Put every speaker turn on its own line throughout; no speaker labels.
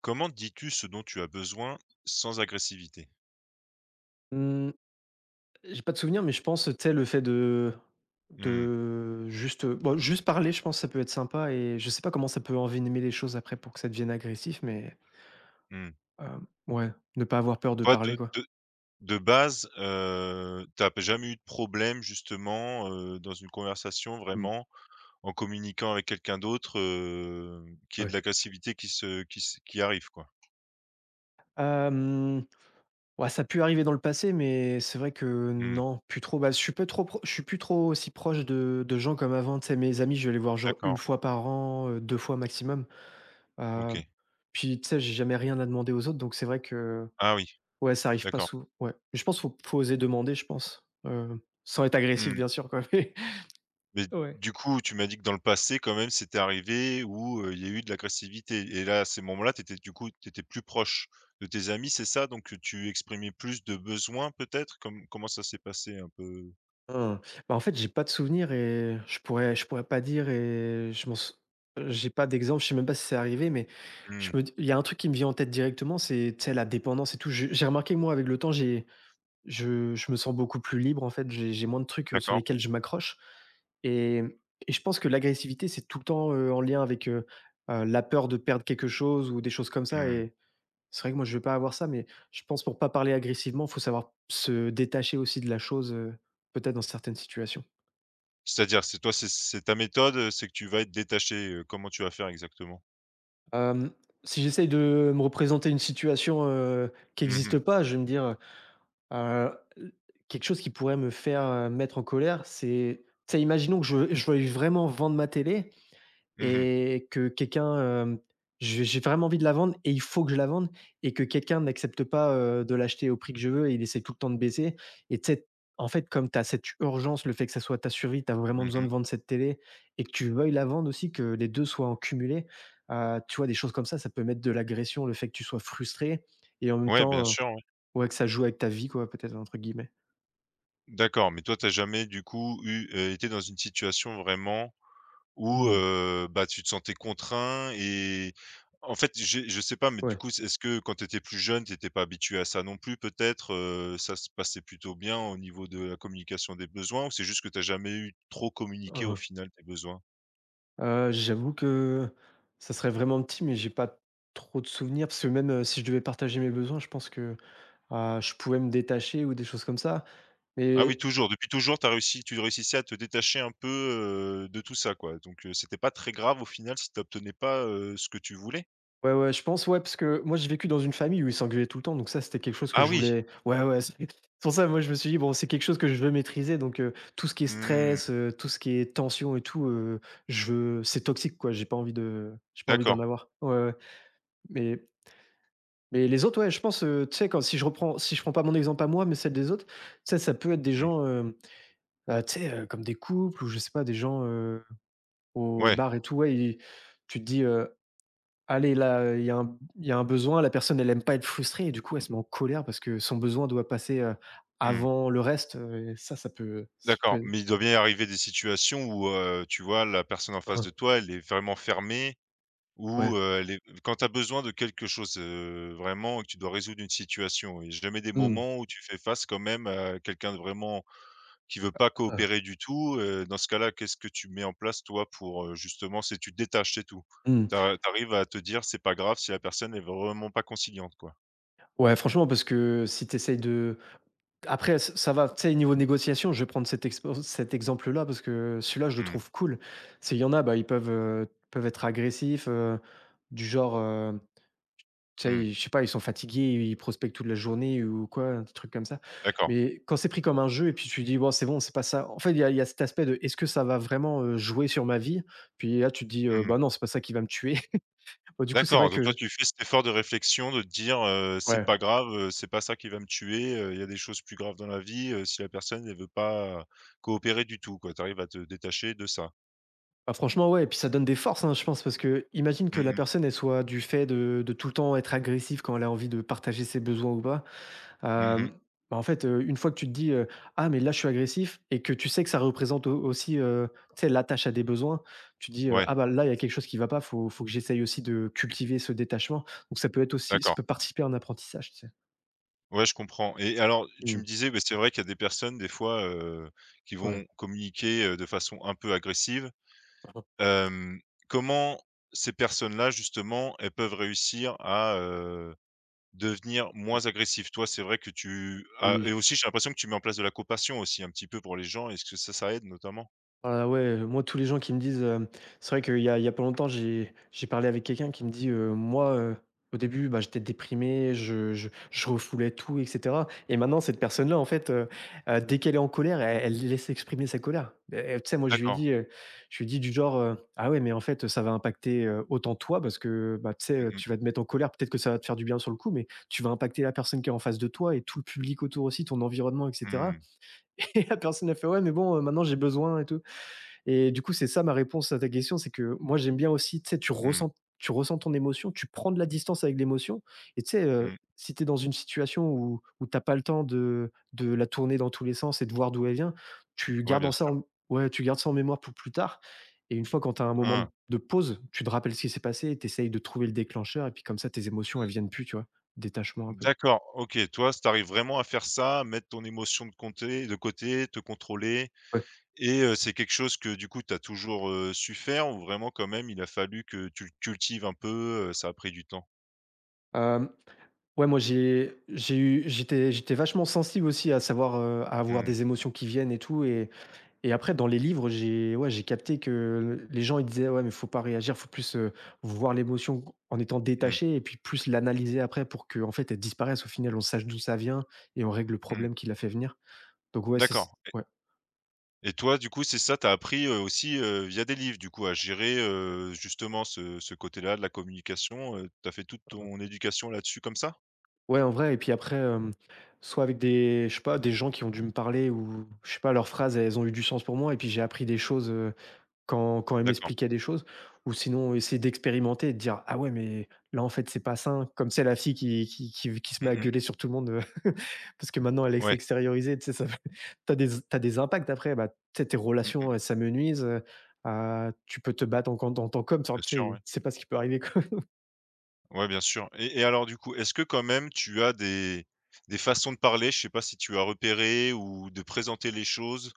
Comment dis-tu ce dont tu as besoin sans agressivité?
Mmh, j'ai pas de souvenir, mais je pense, tu sais, le fait de
Mmh,
de juste, bah, juste parler, je pense, que ça peut être sympa et je sais pas comment ça peut envenimer les choses après pour que ça devienne agressif, mais,
mmh.
ouais, ne pas avoir peur de
Toi
parler, quoi.
de base, tu jamais eu de problème justement, dans une conversation
Mmh.
vraiment en communiquant avec quelqu'un d'autre, qu'il y de
Ouais.
l'agressivité qui arrive quoi?
Hem, ouais, ça a pu arriver dans le passé, mais c'est vrai que
Mmh.
non, plus trop. Bah, je suis pas trop pro je suis plus trop aussi proche de gens comme avant, tu sais, mes amis, je vais les voir genre une
D'accord,
fois par an, deux fois maximum. Heu,
OK.
Puis, tu sais, j'ai jamais rien à demander aux autres, donc c'est vrai que
Ah oui,
ouais, ça arrive pas
d'accord.
souvent. Ouais. Je pense qu'il faut oser demander, je pense, sans être agressif
Mmh.
bien sûr quoi, mais
Mais
ouais.
du coup, tu m'as dit que dans le passé quand même, c'était arrivé où, il y a eu de l'agressivité et là, à ces moments-là, tu étais plus proche de tes amis, c'est ça? Donc tu exprimais plus de besoins peut-être? Comment ça s'est passé un peu?
Hein. Bah, en fait, j'ai pas de souvenir et je pourrais pas dire et je m'en sou j'ai pas d'exemple, je sais même pas si c'est arrivé, mais je
Mmh,
me il y a un truc qui me vient en tête directement, c'est, tu sais, la dépendance et tout. Je J'ai remarqué que moi avec le temps, j'ai je me sens beaucoup plus libre en fait, j'ai moins de trucs, sur
d'accord.
lesquels je m'accroche et et je pense que l'agressivité, c'est tout le temps, en lien avec, la peur de perdre quelque chose ou des choses comme ça.
Mmh.
Et c'est vrai que moi, je vais pas avoir ça, mais je pense pour pas parler agressivement, faut savoir se détacher aussi de la chose, peut-être dans certaines situations.
C'est-à-dire, c'est ta méthode, c'est que tu vas être détaché, comment tu vas faire exactement?
Hem, Si j'essaye de me représenter une situation, qui
Mmh mh.
n'existe pas, je vais me dire, quelque chose qui pourrait me faire, mettre en colère, c'est tu sais, imaginons que je veuille vraiment vendre ma télé,
Mmh.
et que quelqu'un, je j'ai vraiment envie de la vendre et il faut que je la vende et que quelqu'un n'accepte pas, de l'acheter au prix que je veux et il essaie tout le temps de baisser, et tu sais, en fait, comme tu as cette urgence, le fait que ça soit ta survie, tu as vraiment besoin de
Mmh.
vendre cette télé et que tu veuilles la vendre aussi, que les 2 soient en cumulé, tu vois, des choses comme ça peut mettre de l'agression, le fait que tu sois frustré et en même
Ouais, bien
temps,
sûr, ouais.
ouais, que ça joue avec ta vie quoi, peut-être, entre guillemets.
D'accord, mais toi, t'as jamais du coup eu, été dans une situation vraiment. Ou,
Mmh.
bah, tu te sentais contraint et en fait, j'ai je sais pas, mais du
Ouais.
coup, est-ce que quand tu étais plus jeune, tu étais pas habitué à ça non plus peut-être, ça se passait plutôt bien au niveau de la communication des besoins ou c'est juste que tu as jamais eu trop communiqué au
Mmh.
final tes besoins?
J'avoue que ça serait vraiment petit, mais j'ai pas trop de souvenirs parce que même, si je devais partager mes besoins, je pense que, je pouvais me détacher ou des choses comme ça.
Ah oui,
Mais
toujours, depuis toujours, t'as réussi tu réussissais à te détacher un peu, de tout ça quoi, donc c'était pas très grave au final si t'obtenais pas, ce que tu voulais?
ouais, ouais, je pense, ouais, parce que moi j'ai vécu dans une famille où ils s'engueulaient tout le temps, donc ça, c'était quelque chose que
Ah
je
oui!
voulais ouais, ouais, c'est c'est pour ça, moi je me suis dit: «Bon, c'est quelque chose que je veux maîtriser», donc tout ce qui est
Mmh,
stress, tout ce qui est tension et tout, je veux c'est toxique quoi, j'ai pas envie
d'accord.
d'en avoir. Ouais, ouais, mais Mais les autres, ouais, je pense, tu sais, quand si je reprends si je prends pas mon exemple à moi, mais celle des autres, tu sais, ça peut être des
Mmh,
gens, tu sais, comme des couples ou je sais pas, des gens, au
ouais.
bar et tout, ouais, ils tu te dis, «Allez là, il y a un besoin, la personne elle aime pas être frustrée et du coup elle se met en colère parce que son besoin doit passer,
Mmh.
avant le reste», et ça, ça
D'accord,
peut
mais il doit bien arriver des situations où, tu vois, la personne en face de toi, elle est vraiment fermée
ouais.
ou, elle est quand tu as besoin de quelque chose, vraiment, que tu dois résoudre une situation. Il y a jamais des
Mmh.
moments où tu fais face quand même à quelqu'un de vraiment qui veut pas
Ah.
coopérer du tout, dans ce cas-là, qu'est-ce que tu mets en place toi pour, justement c'est tu te détaches, c'est tout?
Mmh.
Tu arrives à te dire: «C'est pas grave si la personne est vraiment pas conciliante», quoi?
Ouais, franchement parce que si tu essayes de après, ç ça va, tu sais, niveau négociation, je vais prendre cet exemple-là parce que celui-là, je le
Mmh,
trouve cool. C'est il y en a, bah, peuvent être agressifs, du genre, tu
mmh,
sais, je sais pas, ils sont fatigués, ils prospectent toute la journée ou quoi, des trucs comme ça.
d'accord.
Mais quand c'est pris comme un jeu et puis tu dis: bon, c'est pas ça». En fait, il y a cet aspect de: «Est-ce que ça va vraiment, jouer sur ma vie ?» Puis là, tu te dis:
Mmh.
Bah, non, c'est pas ça qui va me tuer». Bah, du coup, c'est
D'accord,
vrai
donc toi
que
tu fais cet effort de réflexion de te dire, «C'est
ouais.
pas grave, c'est pas ça qui va me tuer, il y a des choses plus graves dans la vie», si la personne ne veut pas coopérer du tout quoi, tu arrives à te détacher de ça?
Bah, franchement, ouais et puis ça donne des forces, hein, je pense, parce que imagine
Mmh
que la
mh.
personne, elle soit du fait de tout le temps être agressive quand elle a envie de partager ses besoins ou pas. Hem,
Mmh.
Bah, en fait, une fois que tu te dis, «Ah mais là je suis agressif» et que tu sais que ça représente au aussi, tu sais l'attache à des besoins, tu te dis,
Ouais,
«Ah bah là, il y a quelque chose qui va pas, faut que j'essaye aussi de cultiver ce détachement». Donc ça peut être aussi ça
d'accord.
peut participer à un apprentissage, tu sais?
Ouais, je comprends et alors tu me
Mmh.
disais, beh, c'est vrai qu'il y a des personnes des fois, qui vont
Ouais.
communiquer, de façon un peu agressive.
Mmh.
Hem, comment ces personnes-là justement, elles peuvent réussir à devenir
Ouais.
moins agressif. Toi, c'est vrai que tu as et
Oui.
aussi j'ai l'impression que tu mets en place de la compassion aussi un petit peu pour les gens. Est-ce que ça aide notamment?
Ah ouais, moi, tous les gens qui me disent, c'est vrai qu'il y a pas longtemps, j'ai parlé avec quelqu'un qui me dit, «Moi, au début, bah, j'étais déprimé, je refoulais tout et cetera» et maintenant cette personne-là, en fait, dès qu'elle est en colère, elle laisse exprimer sa colère. Et tu sais, moi,
D'accord.
je lui ai dit du genre, «Ah ouais, mais en fait, ça va impacter, autant toi parce que, bah, tu sais,
Mmh
tu vas
mh.
te mettre en colère, peut-être que ça va te faire du bien sur le coup, mais tu vas impacter la personne qui est en face de toi et tout le public autour aussi, ton environnement et
Mmh.
cetera». Et la personne, a fait: «Ouais, mais bon, maintenant j'ai besoin et tout». Et du coup, c'est ça ma réponse à ta question, c'est que moi j'aime bien aussi, tu sais,
Mmh.
tu ressens ton émotion, tu prends de la distance avec l'émotion et tu sais,
Mmh.
si tu es dans une situation où tu as pas le temps de la tourner dans tous les sens et de voir d'où elle vient, tu
Ouais,
gardes
bien
en ça
sûr.
en ouais, tu gardes ça en mémoire pour plus tard et une fois quand tu as un moment d
Hein.
de pause, tu te rappelles ce qui s'est passé et tu essayes de trouver le déclencheur et puis comme ça tes émotions, elles viennent plus, tu vois? Détachement un peu.
D'accord, OK. Toi, si tu arrives vraiment à faire ça, mettre ton émotion de côté, te contrôler
Ouais.
et c'est quelque chose que du coup tu as toujours, su faire ou vraiment quand même il a fallu que tu le cultives un peu, ça a pris du temps?
Hem, ouais, moi j'ai eu j'étais vachement sensible aussi à savoir, à avoir
Mmh.
des émotions qui viennent et tout. Et après, dans les livres, j'ai ouais, j'ai capté que les gens, ils disaient: «Ouais, mais faut pas réagir, faut plus, voir l'émotion en étant
Mmh.
détaché et puis plus l'analyser après pour que, en fait, elle disparaisse au final, on sache d'où ça vient et on règle le
Mmh.
problème qui l'a fait venir». Donc ouais, c'est
D'accord.
ouais.
Et toi, du coup, c'est ça, tu as appris, aussi, via des livres, du coup, à gérer, justement ce côté-là de la communication, tu as fait toute ton éducation là-dessus comme ça?
Ouais, en vrai et puis après, soit avec des je sais pas, des gens qui ont dû me parler ou je sais pas, leurs phrases, elles ont eu du sens pour moi et puis j'ai appris des choses, quand elle
D'accord.
m'expliquait des choses ou sinon essayer d'expérimenter et de dire: «Ah ouais, mais là, en fait, c'est pas sain». Comme c'est la fille qui se met à
Mmh mh.
gueuler sur tout le monde, parce que maintenant elle est
Ouais.
extériorisée, tu sais, ça fait tu des t'as des impacts après, bah, tu sais, tes
Mmh
relations,
mh.
elles s'amenuisent, tu peux te battre en quand en tant qu'homme, enfin,
Bien
tu
sûr, ouais.
sais, c'est pas ce qui peut arriver.
Ouais, bien sûr. Et alors, du coup, est-ce que quand même tu as des façons de parler, je sais pas si tu as repéré ou de présenter les choses?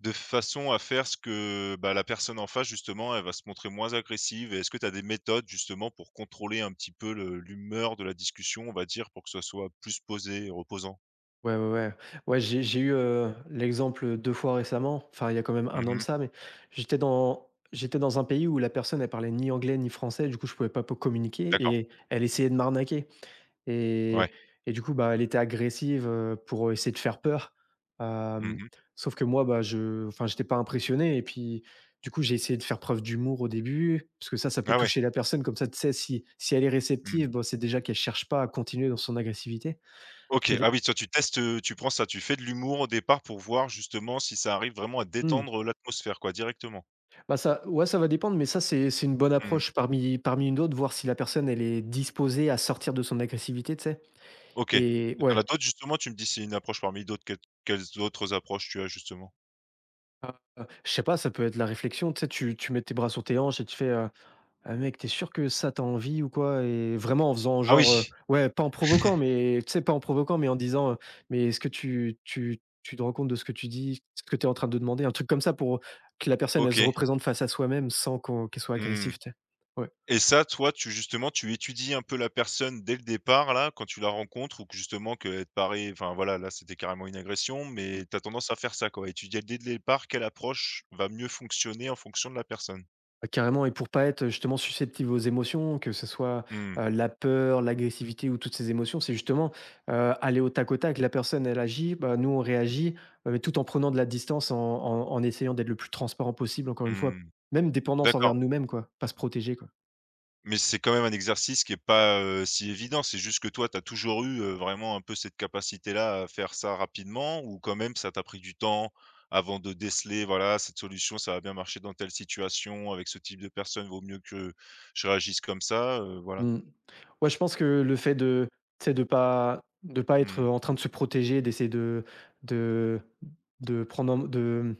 De façon à faire ce que, bah, la personne en face justement, elle va se montrer moins agressive et est-ce que tu as des méthodes justement pour contrôler un petit peu le l'humeur de la discussion, on va dire, pour que ce soit plus posé, et reposant?
Ouais, ouais, ouais. Ouais, j'ai eu, l'exemple, deux fois récemment, enfin il y a quand même un an de
Mmh.
ça, mais j'étais dans un pays où la personne elle parlait ni anglais ni français, du coup je pouvais pas po communiquer
D'accord,
et elle essayait de m'arnaquer
ouais.
et et du coup, bah, elle était agressive, pour, essayer de faire peur, hem,
Mmh.
sauf que moi, bah, je enfin j'étais pas impressionné et puis du coup j'ai essayé de faire preuve d'humour au début, parce que ça peut
Ah ouais.
toucher la personne comme ça, tu sais si elle est
Mmh.
réceptive, bon, c'est déjà qu'elle cherche pas à continuer dans son agressivité,
OK.
qu'elle
Ah
est
oui, toi tu testes, tu prends ça, tu fais de l'humour au départ pour voir justement si ça arrive vraiment à
mmh.
détendre l'atmosphère quoi, directement?
Bah, ça ouais, ça va dépendre, mais ça, c'est une bonne
Mmh.
approche parmi une autre, voir si la personne, elle est disposée à sortir de son agressivité, tu sais?
OK. Et
Et
tu as
ouais,
d'autres justement, tu me dis c'est une approche parmi d'autres, quelles quelles autres approches tu as justement?
je sais pas, ça peut être la réflexion, tu sais? Tu mets tes bras sur tes hanches et tu fais, «Ah mec, t'es sûr que ça, tu envie ou quoi?» Et vraiment en faisant
Ah
genre,
oui!
ouais, pas en provoquant, mais tu sais, pas en provoquant, mais en disant, «Mais est-ce que tu tu te rends compte de ce que tu dis, ce que tu es en train de demander?» Un truc comme ça pour que la personne, elle se
OK.
représente face à soi-même sans qu'elle soit
Mmh.
agressive, tu sais? Ouais.
Et ça, toi, tu justement, tu étudies un peu la personne dès le départ, là, quand tu la rencontres ou que justement qu'elle te paraît enfin voilà, là, c'était carrément une agression, mais tu as tendance à faire ça, quoi, étudier dès le départ quelle approche va mieux fonctionner en fonction de la personne?
Ah, carrément et pour pas être, justement susceptible aux émotions, que ce soit,
Mmh,
la peur, l'agressivité ou toutes ces émotions, c'est justement, aller au tac au tac. La personne, elle agit, bah, nous, on réagit, tout en prenant de la distance, en en essayant d'être le plus transparent possible, encore une fois.
mmh.
Même dépendance envers
D'accord.
nous-mêmes, quoi, pas se protéger, quoi.
Mais c'est quand même un exercice qui est pas, si évident. C'est juste que toi, tu as toujours eu, vraiment un peu cette capacité-là à faire ça rapidement ou quand même ça t'a pris du temps avant de déceler, voilà, cette solution, ça va bien marcher dans telle situation, avec ce type de personne, vaut mieux que je réagisse comme ça, voilà?
Mmh. Ouais, je pense que le fait de, tu sais, de pas être,
Mmh.
en train de se protéger, d'essayer de de prendre en de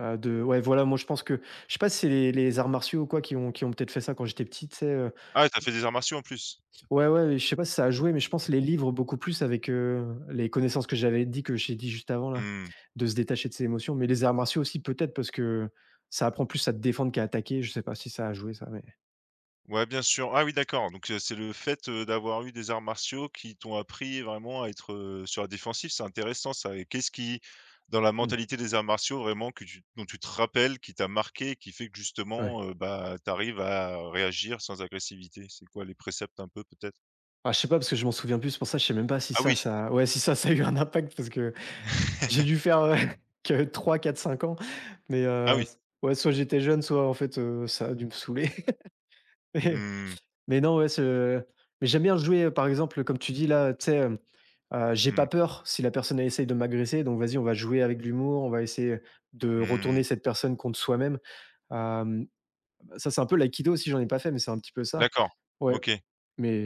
Ouais, voilà, moi, je pense que je sais pas si c'est les arts martiaux ou quoi qui ont peut-être fait ça quand j'étais petit, tu sais, heu?
Ah, tu as fait des arts en plus?
Ouais, ouais, je sais pas si ça a joué, mais je pense les livres beaucoup plus avec, les connaissances que j'ai dit juste avant là,
Mmh.
de se détacher de ses émotions. Mais les arts martiaux aussi peut-être parce que ça apprend plus à te défendre qu'à attaquer. Je sais pas si ça a joué ça, mais
Ouais, bien sûr. Ah oui, d'accord, donc c'est le fait, d'avoir eu des arts martiaux qui t'ont appris vraiment à être, sur la défensive, c'est intéressant ça et qu'est-ce qui, dans la
mmh,
mentalité des arts martiaux vraiment que tu dont tu te rappelles, qui t'a marqué, qui fait que
ouais.
justement, bah, tu arrives à réagir sans agressivité? C'est quoi les préceptes un peu peut-être?
Ah, je sais pas parce que je m'en souviens plus, c'est pour ça, je sais même pas si
Ah
ça
oui!
ça ouais, si ça a eu un impact parce que j'ai dû faire, que trois, quatre, cinq ans. Mais,
Ah oui.
ouais, soit j'étais jeune, soit en fait, ça a dû me saouler.
Mmh mh.
Mais non, ouais, ce mais j'aime bien jouer, par exemple, comme tu dis là, tu sais, j'ai
Mmh.
pas peur si la personne elle essaye de m'agresser, donc vas-y, on va jouer avec l'humour, on va essayer de
Mmh.
retourner cette personne contre soi-même. Hem, Ça, c'est un peu l'aïkido aussi, j'en ai pas fait, mais c'est un petit peu ça.
D'accord.
Ouais,
OK.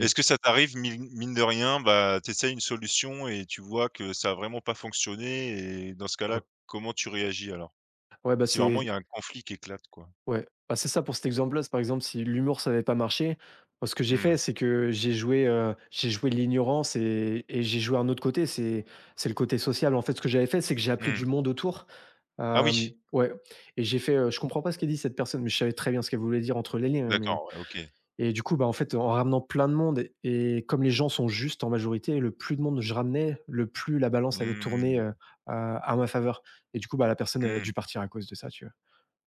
Est-ce que ça t'arrive mine de rien, bah, t'essayes une solution et tu vois que ça a vraiment pas fonctionné et dans ce cas-là, comment tu réagis alors?
ouais, bah,
Si vraiment il y
c'est
a un conflit qui éclate quoi?
ouais, bah, c'est ça pour cet exemple-là, c'est par exemple si l'humour ça n'avait pas marché, moi ce que j'ai
Mmh.
fait c'est que j'ai joué de l'ignorance et j'ai joué un autre côté, c'est le côté social. En fait, ce que j'avais fait, c'est que j'ai appelé
Mmh.
du monde autour,
Ah oui,
ouais et j'ai fait, «Je comprends pas ce qu'elle dit cette personne», mais je savais très bien ce qu'elle voulait dire entre les lignes, hein, mais
d'accord, ouais, OK.
et du coup, bah, en fait, en ramenant plein de monde et comme les gens sont justes en majorité, le plus de monde je ramenais, le plus la balance allait tourner,
Mmh.
à ma faveur et du coup, bah, la personne, elle a
Mmh.
dû partir à cause de ça, tu vois?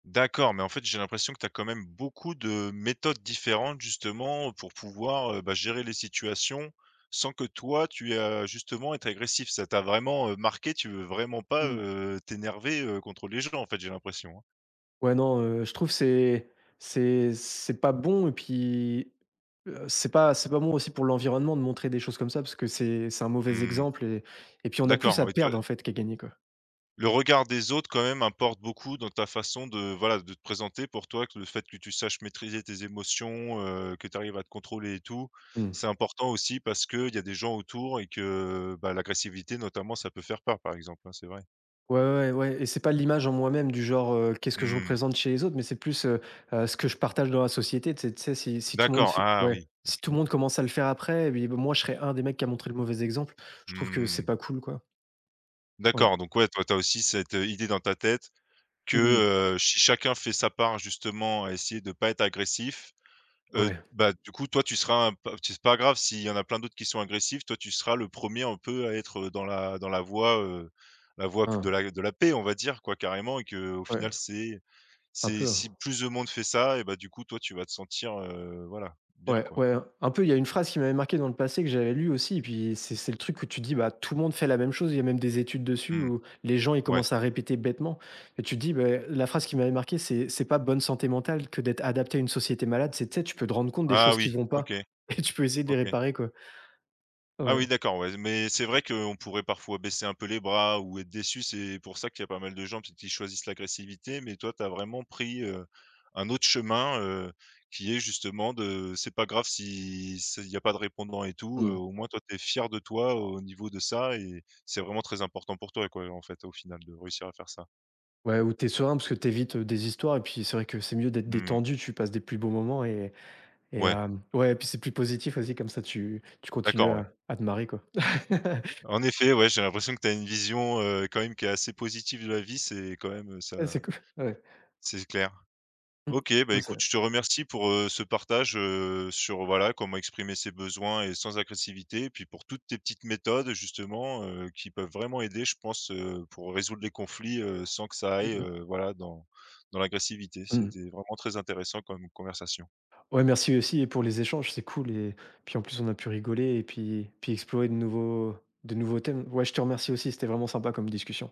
D'accord, mais en fait, j'ai l'impression que tu as quand même beaucoup de méthodes différentes justement pour pouvoir, bah, gérer les situations sans que toi tu aies justement être agressif. Ça t'a vraiment, marqué, tu veux vraiment pas,
Mmh.
t'énerver, contre les gens en fait, j'ai l'impression, hein?
Ouais, non, je trouve c'est pas bon et puis, heu, c'est pas bon aussi pour l'environnement de montrer des choses comme ça parce que c'est un mauvais
Mmh.
exemple et puis on a plus
D'accord,
à
oui, toi
perdre en fait qu'à gagner, quoi.
le regard des autres quand même importe beaucoup dans ta façon de, voilà, de te présenter pour toi, que le fait que tu saches maîtriser tes émotions, que tu arrives à te contrôler et tout,
Mmh.
c'est important aussi parce qu'il y a des gens autour et que, bah, l'agressivité notamment ça peut faire peur par exemple, hein, c'est vrai?
Ouais, ouais, ouais et c'est pas l'image en moi-même du genre, qu'est-ce que je
Mmh.
représente chez les autres, mais c'est plus, ce que je partage dans la société. Tu sais si si tout le monde
D'accord,
fait
ah
ouais,
oui, OK.
si tout le monde commence à le faire après et puis moi je serais un des mecs qui a montré le mauvais exemple. Je trouve que c'est
Mmh.
pas cool, quoi. Ouais.
D'accord, donc ouais, toi tu as aussi cette, idée dans ta tête que,
Mmh.
si chacun fait sa part justement à essayer de ne pas être agressif,
Ouais.
bah, du coup, toi, tu seras un p c'est pas grave s'il y en a plein d'autres qui sont agressifs, toi, tu seras le premier un peu à être, dans la voie, la voie de
Hein.
la de la paix, on va dire, quoi, carrément et que au
Ouais.
final, c'est
Un
c'est
peu, hein.
si plus de monde fait ça et bah, du coup, toi, tu vas te sentir, voilà, bien,
Ouais,
quoi.
ouais, un peu, il y a une phrase qui m'avait marqué dans le passé que j'avais lu aussi et puis c'est le truc où tu dis, bah, tout le monde fait la même chose, il y a même des études dessus
Mmh.
où les gens, ils
Ouais.
commencent à répéter bêtement et tu te dis, bah, la phrase qui m'avait marqué, c'est pas bonne santé mentale que d'être adapté à une société malade, c'est, tu sais, tu peux te rendre compte des
Ah
choses qui
oui,
vont pas
OK,
et tu peux essayer de les
OK.
réparer, quoi.
Ah oui,
Ouais.
d'accord, ouais, mais c'est vrai qu'on pourrait parfois baisser un peu les bras ou être déçu. C'est pour ça qu'il y a pas mal de gens peut-être qui choisissent l'agressivité, mais toi, tu as vraiment pris, un autre chemin, qui est justement de c'est pas grave si c'est il y a pas de répondant et tout,
Mmh.
au moins toi, tu es fier de toi au niveau de ça et c'est vraiment très important pour toi, quoi, en fait, au final, de réussir à faire ça.
Ouais, ou t'es serein parce que t'évites des histoires et puis c'est vrai que c'est mieux d'être
Mmh.
détendu, tu passes des plus beaux moments et
Ouais,
ouais et puis c'est plus positif aussi comme ça tu continues
d'accord, ouais.
à te marrer, quoi.
En effet, ouais, j'ai l'impression que tu as une vision, quand même qui est assez positive de la vie, c'est quand même,
Ouais,
ça
c'est cool. Ouais.
c'est clair.
Mmh.
OK, bah,
Ouais, c'est
écoute, je te remercie pour, ce partage, sur, voilà, comment exprimer ses besoins et sans agressivité et puis pour toutes tes petites méthodes justement, qui peuvent vraiment aider, je pense, pour résoudre les conflits, sans que ça aille,
mmh mh.
voilà, dans dans l'agressivité.
Mmh.
C'était vraiment très intéressant comme conversation.
Ouais, merci aussi et pour les échanges, c'est cool et puis en plus on a pu rigoler et puis explorer de nouveaux thèmes. Ouais, je te remercie aussi, c'était vraiment sympa comme discussion.